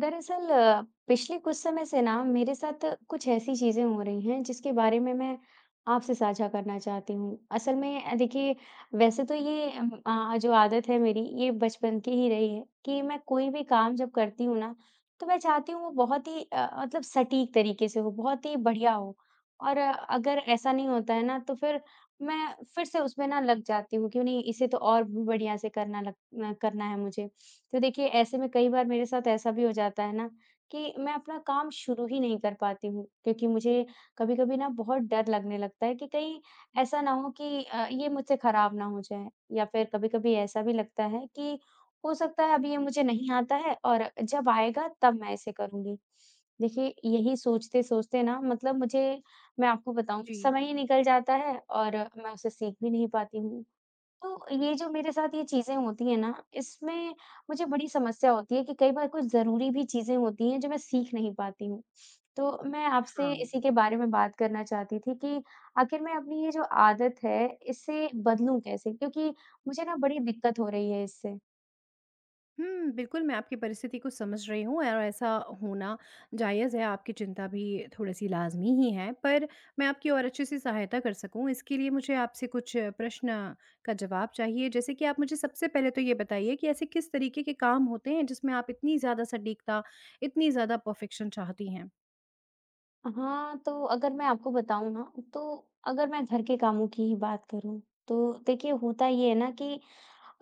दरअसल पिछले कुछ समय से ना मेरे साथ कुछ ऐसी चीज़ें हो रही हैं जिसके बारे में मैं आपसे साझा करना चाहती हूँ। असल में देखिए, वैसे तो ये जो आदत है मेरी ये बचपन की ही रही है कि मैं कोई भी काम जब करती हूँ ना तो मैं चाहती हूँ वो बहुत ही मतलब सटीक तरीके से हो, बहुत ही बढ़िया हो। और अगर ऐसा नहीं होता है ना तो फिर मैं फिर से उसमें ना लग जाती हूँ कि नहीं, इसे तो और भी बढ़िया से करना है मुझे। तो देखिए, ऐसे में कई बार मेरे साथ ऐसा भी हो जाता है ना कि मैं अपना काम शुरू ही नहीं कर पाती हूँ, क्योंकि मुझे कभी-कभी ना बहुत डर लगने लगता है कि कहीं ऐसा ना हो कि ये मुझसे खराब ना हो जाए। या फिर कभी-कभी ऐसा भी लगता है कि हो सकता है अभी ये मुझे नहीं आता है, और जब आएगा तब मैं इसे करूँगी। देखिए, यही सोचते-सोचते ना मतलब मुझे मैं आपको बताऊँ, जी, समय ही निकल जाता है और मैं उसे सीख भी नहीं पाती हूँ। तो ये जो मेरे साथ ये चीज़ें होती हैं ना, इसमें मुझे बड़ी समस्या होती है कि कई बार कुछ ज़रूरी भी चीज़ें होती हैं जो मैं सीख नहीं पाती हूँ। तो मैं आपसे हाँ। इसी के बारे में बात करना चाहती थी कि आखिर मैं अपनी ये जो आदत है, इसे बदलूँ कैसे? क्योंकि मुझे ना बड़ी दिक्कत हो रही है इससे। हुँ, बिल्कुल मैं आपकी परिस्थिति को समझ रही हूँ और ऐसा होना जायज़ है, आपकी चिंता भी थोड़ी-सी लाज़मी ही है। पर मैं आपकी और अच्छे से सहायता कर सकूँ, इसके लिए मुझे आपसे कुछ प्रश्न का जवाब चाहिए। जैसे कि आप मुझे सबसे पहले तो ये बताइए कि ऐसे किस तरीके के काम होते हैं, जिसमें आप इतनी ज़्यादा सटीकता, इतनी ज़्यादा परफ़ेक्शन चाहती हाँ, तो अगर मैं आपको बताऊँ ना, तो अगर मैं घर के कामों की ही बात करूँ, तो देखिए होता ये है ना कि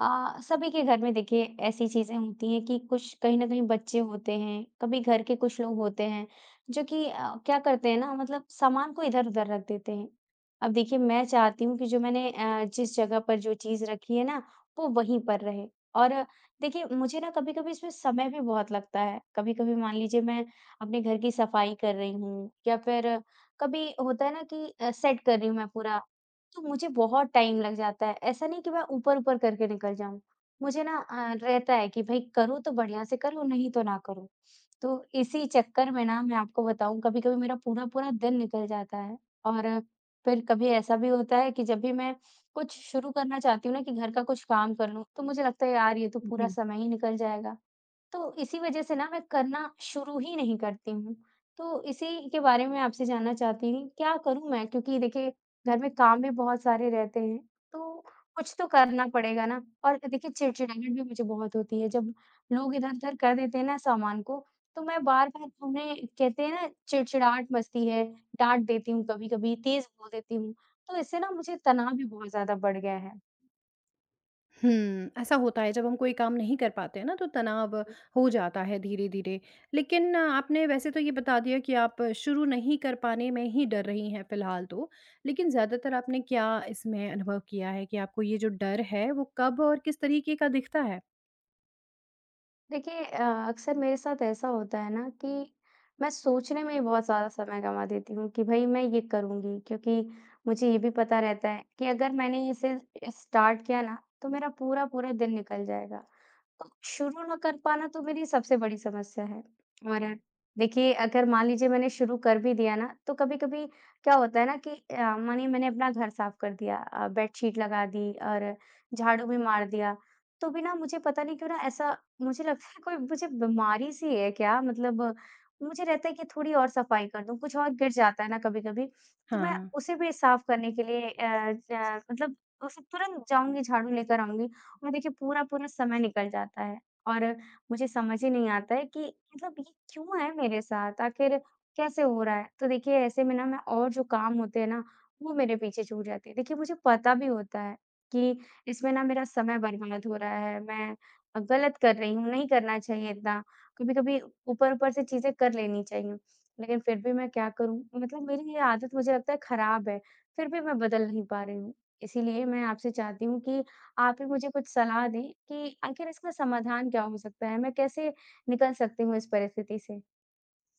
सभी के घर में देखिए ऐसी चीज़ें होती हैं कि कुछ कहीं न कहीं बच्चे होते हैं, कभी घर के कुछ लोग होते हैं, जो कि क्या करते हैं ना मतलब सामान को इधर-उधर रख देते हैं। अब देखिए, मैं चाहती हूँ कि जो मैंने जिस जगह पर जो चीज़ रखी है ना, वो वहीं पर रहे। और देखिए, मुझे ना कभी-कभी इसमें समय भी बहुत लगता है। कभी-कभी मान लीजिए मैं अपने घर की सफाई कर रही हूँ, या फिर कभी होता है ना कि सेट कर रही हूँ मैं पूरा, तो मुझे बहुत टाइम लग जाता है। ऐसा नहीं कि मैं ऊपर-ऊपर करके निकल जाऊँ। मुझे ना रहता है कि भई करूँ तो बढ़िया से करूँ, नहीं तो ना करूँ। तो इसी चक्कर में ना, मैं आपको बताऊँ, कभी-कभी मेरा पूरा-पूरा दिन निकल जाता है। और फिर कभी ऐसा भी होता है कि जब भी मैं कुछ शुरू करना चाहती हूँ ना कि घर का कुछ काम कर लूँ, तो मुझे लगता है यार ये तो पूरा हैं? समय ही निकल जाएगा। तो इसी वजह से ना, मैं करना शुरू ही नहीं करती हूँ। तो इसी के बारे में आपसे जानना चाहती हूँ, क्या करूँ मैं? क्योंकि देखिए, घर में काम भी बहुत सारे रहते हैं, तो कुछ तो करना पड़ेगा ना। और देखिए, चिड़चिड़ाहट भी मुझे बहुत होती है, जब लोग इधर-उधर कर देते हैं ना सामान को, तो मैं बार-बार उन्हें कहते हैं ना, चिड़चिड़ाहट मचती है, डाँट देती हूँ कभी-कभी, तेज़ बोल देती हूँ। तो इससे ना मुझे तनाव भी बहुत ज़्यादा बढ़ गया है। हुँ, ऐसा होता है जब हम कोई काम नहीं कर पाते हैं ना तो तनाव हो जाता है धीरे-धीरे। लेकिन आपने वैसे तो ये बता दिया कि आप शुरू नहीं कर पाने में ही डर रही हैं फ़िलहाल तो। लेकिन ज़्यादातर आपने क्या इसमें अनुभव किया है कि आपको ये जो डर है वो कब और किस तरीके का दिखता है? देखिए, अक्सर मेरे साथ ऐसा होता है ना कि मैं सोचने में ही बहुत ज़्यादा समय गँवा देती हूँ कि भई मैं ये करूँगी, क्योंकि मुझे ये भी पता रहता है कि अगर मैंने इसे स्टार्ट किया ना, तो मेरा पूरा-पूरा दिन निकल जाएगा। तो शुरू ना कर पाना तो मेरी सबसे बड़ी समस्या है। और देखिए, अगर मान लीजिए मैंने शुरू कर भी दिया ना, तो कभी-कभी क्या होता है ना कि मानिए मैंने अपना घर साफ कर दिया, बेडशीट लगा दी और झाड़ू भी मार दिया, तो भी ना मुझे पता नहीं क्यों ना ऐसा मुझे लगता है कोई मुझे बीमारी सी है क्या, मतलब मुझे रहता है कि थोड़ी और सफाई कर दूं, कुछ और गिर जाता है ना कभी-कभी, तो मैं हाँ। उसे भी साफ करने के लिए मतलब उसे तुरंत जाऊंगी झाड़ू लेकर आऊंगी और देखिए पूरा-पूरा समय निकल जाता है। और मुझे समझ ही नहीं आता है कि मतलब ये क्यों है मेरे साथ? आखिर कैसे हो रहा है? तो देखिए, ऐसे में ना मैं और जो काम होते हैं ना, वो मेरे पीछे छूट जाते हैं। देखिए, मुझे पता भी होता है कि इसमें ना मेरा समय बर्बाद हो रहा है, मैं गलत कर रही हूँ, नहीं करना चाहिए इतना। कभी-कभी ऊपर-ऊपर से चीज़ें कर लेनी चाहिए, लेकिन फिर भी मैं क्या करूँ? मतलब मेरी ये आदत मुझे लगता है खराब है, फिर भी मैं बदल नहीं पा रही हूँ। इसीलिए मैं आपसे चाहती हूँ कि आप ही मुझे कुछ सलाह दें कि आखिर इसका समाधान क्या हो सकता है? मैं कैसे निकल सकती हूँ इस परिस्थिति से?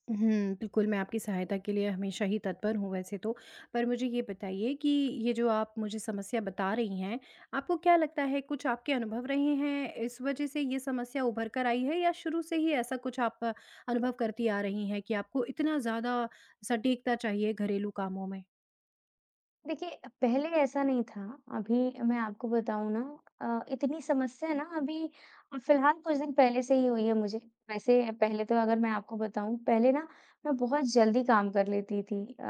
हुँ, बिल्कुल, मैं आपकी सहायता के लिए हमेशा ही तत्पर हूँ वैसे तो। पर मुझे ये बताइए कि ये जो आप मुझे समस्या बता रही हैं, आपको क्या लगता है कुछ आपके अनुभव रहे हैं, इस वजह से ये समस्या उभर कर आई है या शुरू से ही ऐसा कुछ आप अनुभव करती आ रही हैं कि आपको इतना ज़्यादा सटीकता चाहिए घरेलू कामों में? देखिए, पहले ऐसा नहीं था। अभी, मैं आपको बताऊँ ना, इतनी समस्या ना अभी फ़िलहाल कुछ दिन पहले से ही हुई है मुझे। वैसे पहले तो, अगर मैं आपको बताऊँ, पहले ना मैं बहुत जल्दी काम कर लेती थी।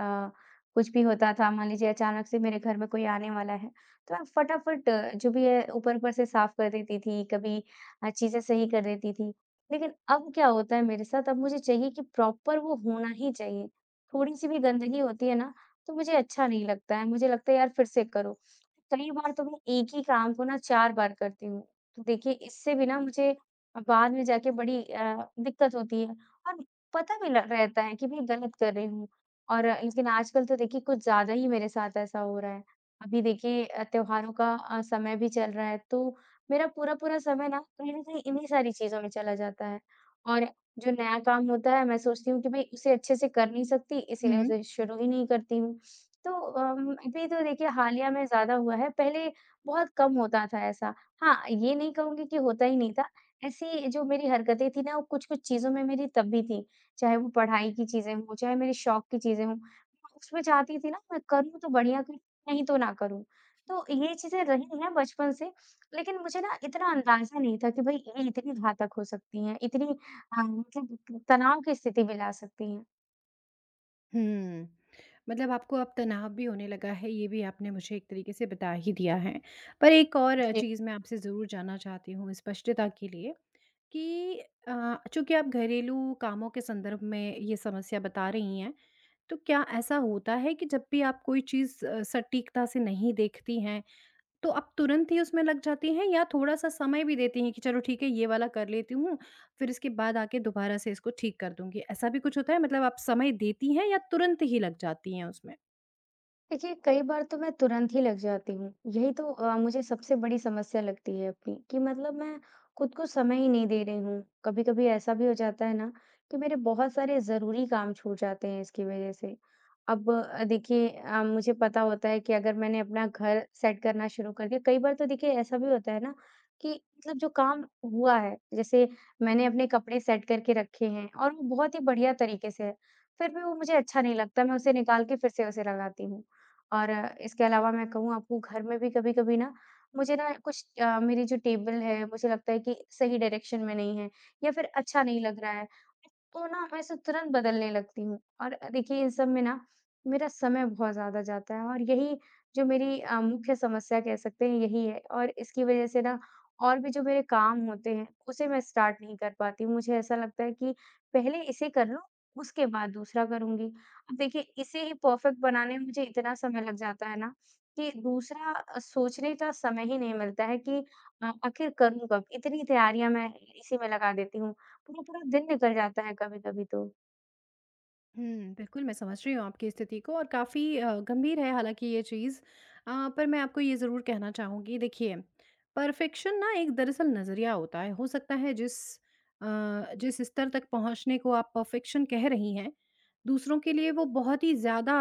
कुछ भी होता था, मान लीजिए अचानक से मेरे घर में कोई आने वाला है, तो मैं फटाफट जो भी है ऊपर-ऊपर से साफ़ कर देती थी, कभी चीज़ें सही कर देती थी। लेकिन अब क्या होता है मेरे साथ, अब मुझे चाहिए कि प्रॉपर वो होना ही चाहिए। थोड़ी-सी भी गंदगी होती है ना, तो मुझे अच्छा नहीं लगता है, मुझे लगता है यार फिर से करो। कई बार तो मैं एक ही काम को ना 4 बार करती हूँ। तो देखिए, इससे भी ना मुझे बाद में जाके बड़ी दिक्कत होती है, और पता भी ल रहता है कि मैं गलत कर रही हूँ। और लेकिन आजकल तो देखिए कुछ ज़्यादा ही मेरे साथ ऐसा हो रहा है। अभी देखिए, त्योहारों का समय भी चल रहा है, तो मेरा पूरा-पूरा समय ना कहीं न कहीं इन्हीं सारी चीज़ों में चला जाता है। और जो नया काम होता है मैं सोचती हूँ कि भई उसे अच्छे से कर नहीं सकती, इसीलिए हुँ। उसे शुरू ही नहीं करती हूँ। तो अभी तो देखिए हालिया में ज़्यादा हुआ है, पहले बहुत कम होता था ऐसा। हाँ, ये नहीं कहूँगी कि होता ही नहीं था। ऐसी जो मेरी हरकतें थी ना, वो कुछ-कुछ चीज़ों में मेरी तब भी थी, चाहे वो पढ़ाई की चीज़ें हों, चाहे मेरे शौक की चीज़ें हों। मैं उसमें चाहती थी ना, मैं करूँ तो बढ़िया करूँ, नहीं तो ना करूँ। तो ये चीज़ें रही हैं बचपन से, लेकिन मुझे ना इतना अंदाज़ा नहीं था कि भई ये इतनी घातक हो सकती हैं, इतनी मतलब तनाव की स्थिति में ला सकती हैं। हुँ, मतलब आपको अब तनाव भी होने लगा है, ये भी आपने मुझे एक तरीके से बता ही दिया है। पर एक और चीज़ मैं आपसे ज़रूर जानना चाहती हूँ स्पष्टता के लिए। कि अ, चूँकि आप घरेलू कामों के संदर्भ में ये समस्या बता रही हैं, तो क्या ऐसा होता है कि जब भी आप कोई चीज़ सटीकता से नहीं देखती हैं, तो आप तुरंत ही उसमें लग जाती हैं या थोड़ा-सा समय भी देती हैं कि चलो ठीक है, ये वाला कर लेती हूँ, फिर इसके बाद आके दोबारा से इसको ठीक कर दूँगी? ऐसा भी कुछ होता है? मतलब आप समय देती हैं या तुरंत ही लग जाती हैं उसमें? देखिए, कई बार तो मैं तुरंत ही लग जाती हूँ। यही तो मुझे सबसे बड़ी समस्या लगती है अपनी, कि मतलब मैं खुद को समय ही नहीं दे रही हूँ। कभी-कभी ऐसा भी हो जाता है ना कि मेरे बहुत सारे ज़रूरी काम छूट जाते हैं इसकी वज़ह से। अब देखिए, मुझे पता होता है कि अगर मैंने अपना घर सेट करना शुरू कर दिया, कई बार तो देखिए ऐसा भी होता है ना कि मतलब जो काम हुआ है, जैसे मैंने अपने कपड़े सेट करके रखे हैं और वो बहुत ही बढ़िया तरीके से है, फिर भी वो मुझे अच्छा नहीं लगता, मैं उसे निकाल के फिर से उसे लगाती हूँ। और इसके अलावा मैं कहूँ आपको, घर में भी कभी-कभी ना मुझे ना कुछ मेरी जो टेबल है मुझे लगता है कि सही डायरेक्शन में नहीं है, या फिर अच्छा नहीं लग रहा है। तो ना मैं इसे तुरंत बदलने लगती हूँ, और देखिए इन सब में ना मेरा समय बहुत ज़्यादा जाता है। और यही जो मेरी मुख्य समस्या कह सकते हैं यही है, और इसकी वज़ह से ना और भी जो मेरे काम होते हैं उसे मैं स्टार्ट नहीं कर पाती हूँ। मुझे ऐसा लगता है कि पहले इसे कर लूँ, उसके बाद दूसरा करूँगी। देखिए, इसे ही परफेक्ट बनाने में मुझे इतना समय लग जाता है ना कि दूसरा सोचने का समय ही नहीं मिलता है कि आखिर करूँ कब? इतनी तैयारियाँ मैं इसी में लगा देती हूँ। पूरा-पूरा दिन निकल जाता है कभी-कभी तो। हुँ, बिल्कुल मैं समझ रही हूँ आपकी स्थिति को और काफ़ी गंभीर है हालाँकि ये चीज़। पर मैं आपको ये ज़रूर कहना चाहूँगी देखिए, परफ़ेक्शन ना एक दरअसल नज़रिया होता है। हो सकता है अ, जिस स्तर तक पहुँचने को आप परफ़ेक्शन कह रही हैं, दूसरों के लिए वो बहुत ही ज़्यादा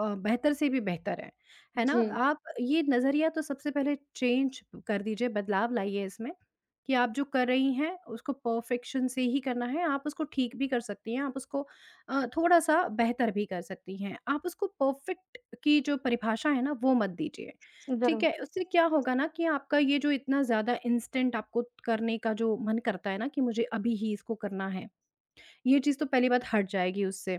बेहतर से भी बेहतर है। है ना? जी, आप ये नज़रिया तो सबसे पहले चेंज कर दीजिए, बदलाव लाइए इसमें कि आप जो कर रही हैं उसको परफ़ेक्शन से ही करना है। आप उसको ठीक भी कर सकती हैं, आप उसको थोड़ा-सा बेहतर भी कर सकती हैं। आप उसको परफ़ेक्ट की जो परिभाषा है ना, वो मत दीजिए, ठीक ज़रूर। है? उससे क्या होगा ना कि आपका ये जो इतना ज़्यादा इंस्टेंट आपको करने का जो मन करता है ना कि मुझे अभी ही इसको करना है, ये चीज़ तो पहली बात हट जाएगी उससे।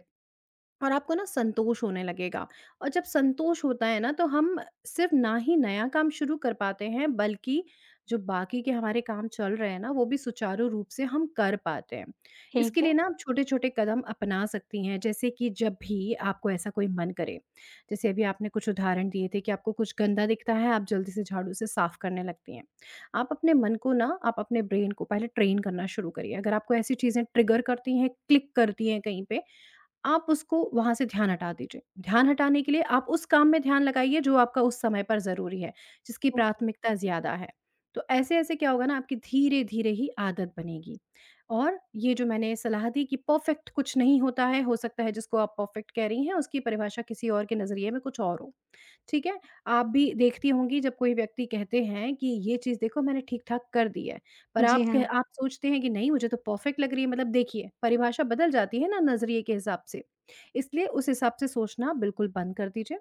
और आपको ना संतोष होने लगेगा और जब संतोष होता है ना तो हम सिर्फ ना ही नया काम शुरू कर पाते हैं बल्कि जो बाकी के हमारे काम चल रहे हैं ना वो भी सुचारू रूप से हम कर पाते हैं। इसके ठीक है। लिए ना आप छोटे छोटे कदम अपना सकती हैं जैसे कि जब भी आपको ऐसा कोई मन करे, जैसे अभी आपने कुछ उदाहरण दिए थे कि आपको कुछ गंदा दिखता है आप जल्दी से झाड़ू से साफ करने लगती हैं, आप अपने मन को ना आप अपने ब्रेन को पहले ट्रेन करना शुरू करिए। अगर आपको ऐसी चीज़ें ट्रिगर करती हैं क्लिक करती हैं कहीं पे, आप उसको वहाँ से ध्यान हटा दीजिए। ध्यान हटाने के लिए आप उस काम में ध्यान लगाइए जो आपका उस समय पर ज़रूरी है, जिसकी हुँ, प्राथमिकता ज़्यादा है। तो ऐसे-ऐसे क्या होगा ना आपकी धीरे-धीरे ही आदत बनेगी। और ये जो मैंने सलाह दी कि परफ़ेक्ट कुछ नहीं होता है, हो सकता है जिसको आप परफ़ेक्ट कह रही हैं उसकी परिभाषा किसी और के नज़रिए में कुछ और हो। ठीक है? आप भी देखती होंगी जब कोई व्यक्ति कहते हैं कि ये चीज़ देखो मैंने ठीक-ठाक कर दी है, पर हुँ। जी आप कह हाँ, आप सोचते हैं कि नहीं मुझे तो परफेक्ट लग रही है मतलब देखिए, परिभाषा बदल जाती है ना नज़रिए के हिसाब से। इसलिए उस हिसाब से सोचना बिल्कुल बंद कर दीजिए।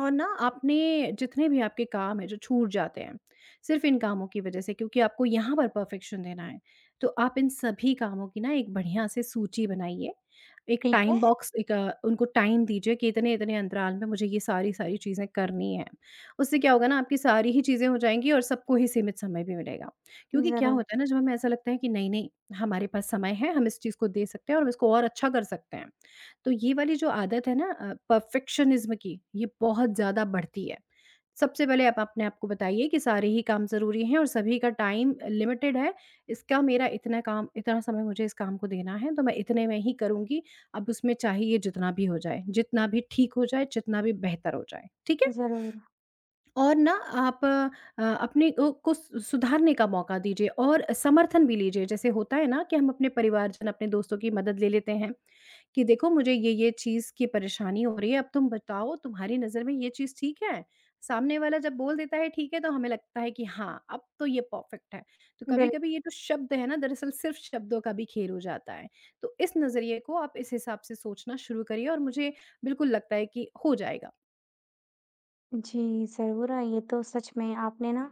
और ना आपने जितने भी आपके काम हैं जो छूट जाते हैं, सिर्फ़ इन कामों की वज़ह से क्योंकि आपको यहाँ पर परफ़ेक्शन देना है, तो आप इन सभी कामों की ना एक बढ़िया से सूची बनाइए। एक ठीक टाइम है। बॉक्स एक उनको टाइम दीजिए कि इतने-इतने अंतराल में मुझे ये सारी-सारी चीज़ें करनी हैं। उससे क्या होगा ना आपकी सारी ही चीज़ें हो जाएँगी और सबको ही सीमित समय भी मिलेगा। क्योंकि क्या ज़रूर, होता है ना जब हमें ऐसा लगता है कि नहीं-नहीं हमारे पास समय है, हम इस चीज़ को दे सकते हैं और हम इसको और अच्छा कर सकते हैं। तो ये वाली जो आदत है ना परफेक्शनिज्म की, ये बहुत ज़्यादा बढ़ती है। सबसे पहले आप अपने आप को बताइए कि सारे ही काम ज़रूरी हैं और सभी का टाइम लिमिटेड है। इसका मेरा इतना काम इतना समय मुझे इस काम को देना है, तो मैं इतने में ही करूँगी। अब उसमें चाहिए जितना भी हो जाए, जितना भी ठीक हो जाए, जितना भी बेहतर हो जाए। ठीक है? ज़रूर। और ना आप अपने ओ को सु सुधारने का मौका दीजिए और समर्थन भी लीजिए। जैसे होता है ना कि हम अपने परिवारजन, अपने दोस्तों की मदद ले लेते हैं कि देखो मुझे ये-ये चीज़ की परेशानी हो रही है, अब तुम बताओ तुम्हारी नज़र में ये चीज़ ठीक है? सामने वाला जब बोल देता है ठीक है, तो हमें लगता है कि हाँ, अब तो ये परफ़ेक्ट है। तो बिल कभी-कभी ये जो शब्द है ना दरअसल सिर्फ़ शब्दों का भी खेल हो जाता है। तो इस नज़रिए को आप इस हिसाब से सोचना शुरू करिए और मुझे बिल्कुल लगता है कि हो जाएगा। जी, ज़रूर। और ये तो सच में आपने ना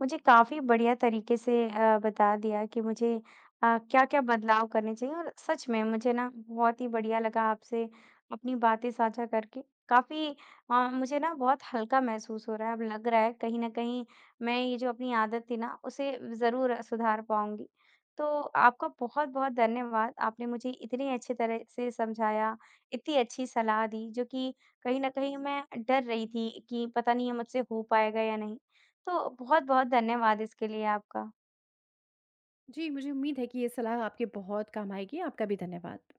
मुझे काफ़ी बढ़िया तरीके से बता दिया कि मुझे क्या-क्या बदलाव करने चाहिए, और सच में मुझे ना बहुत ही बढ़िया लगा आपसे अपनी बातें साझा करके। काफ़ी मुझे ना बहुत हल्का महसूस हो रहा है, अब लग रहा है कहीं न कहीं मैं ये जो अपनी आदत थी ना उसे ज़रूर सुधार पाऊँगी। तो आपका बहुत-बहुत धन्यवाद, आपने मुझे इतनी अच्छी तरह से समझाया, इतनी अच्छी सलाह दी, जो कि कहीं न कहीं मैं डर रही थी कि पता नहीं ये मुझसे हो पाएगा या नहीं। तो बहुत-बहुत धन्यवाद इसके लिए आपका। जी, मुझे उम्मीद है कि ये सलाह आपके बहुत काम आएगी। आपका भी धन्यवाद।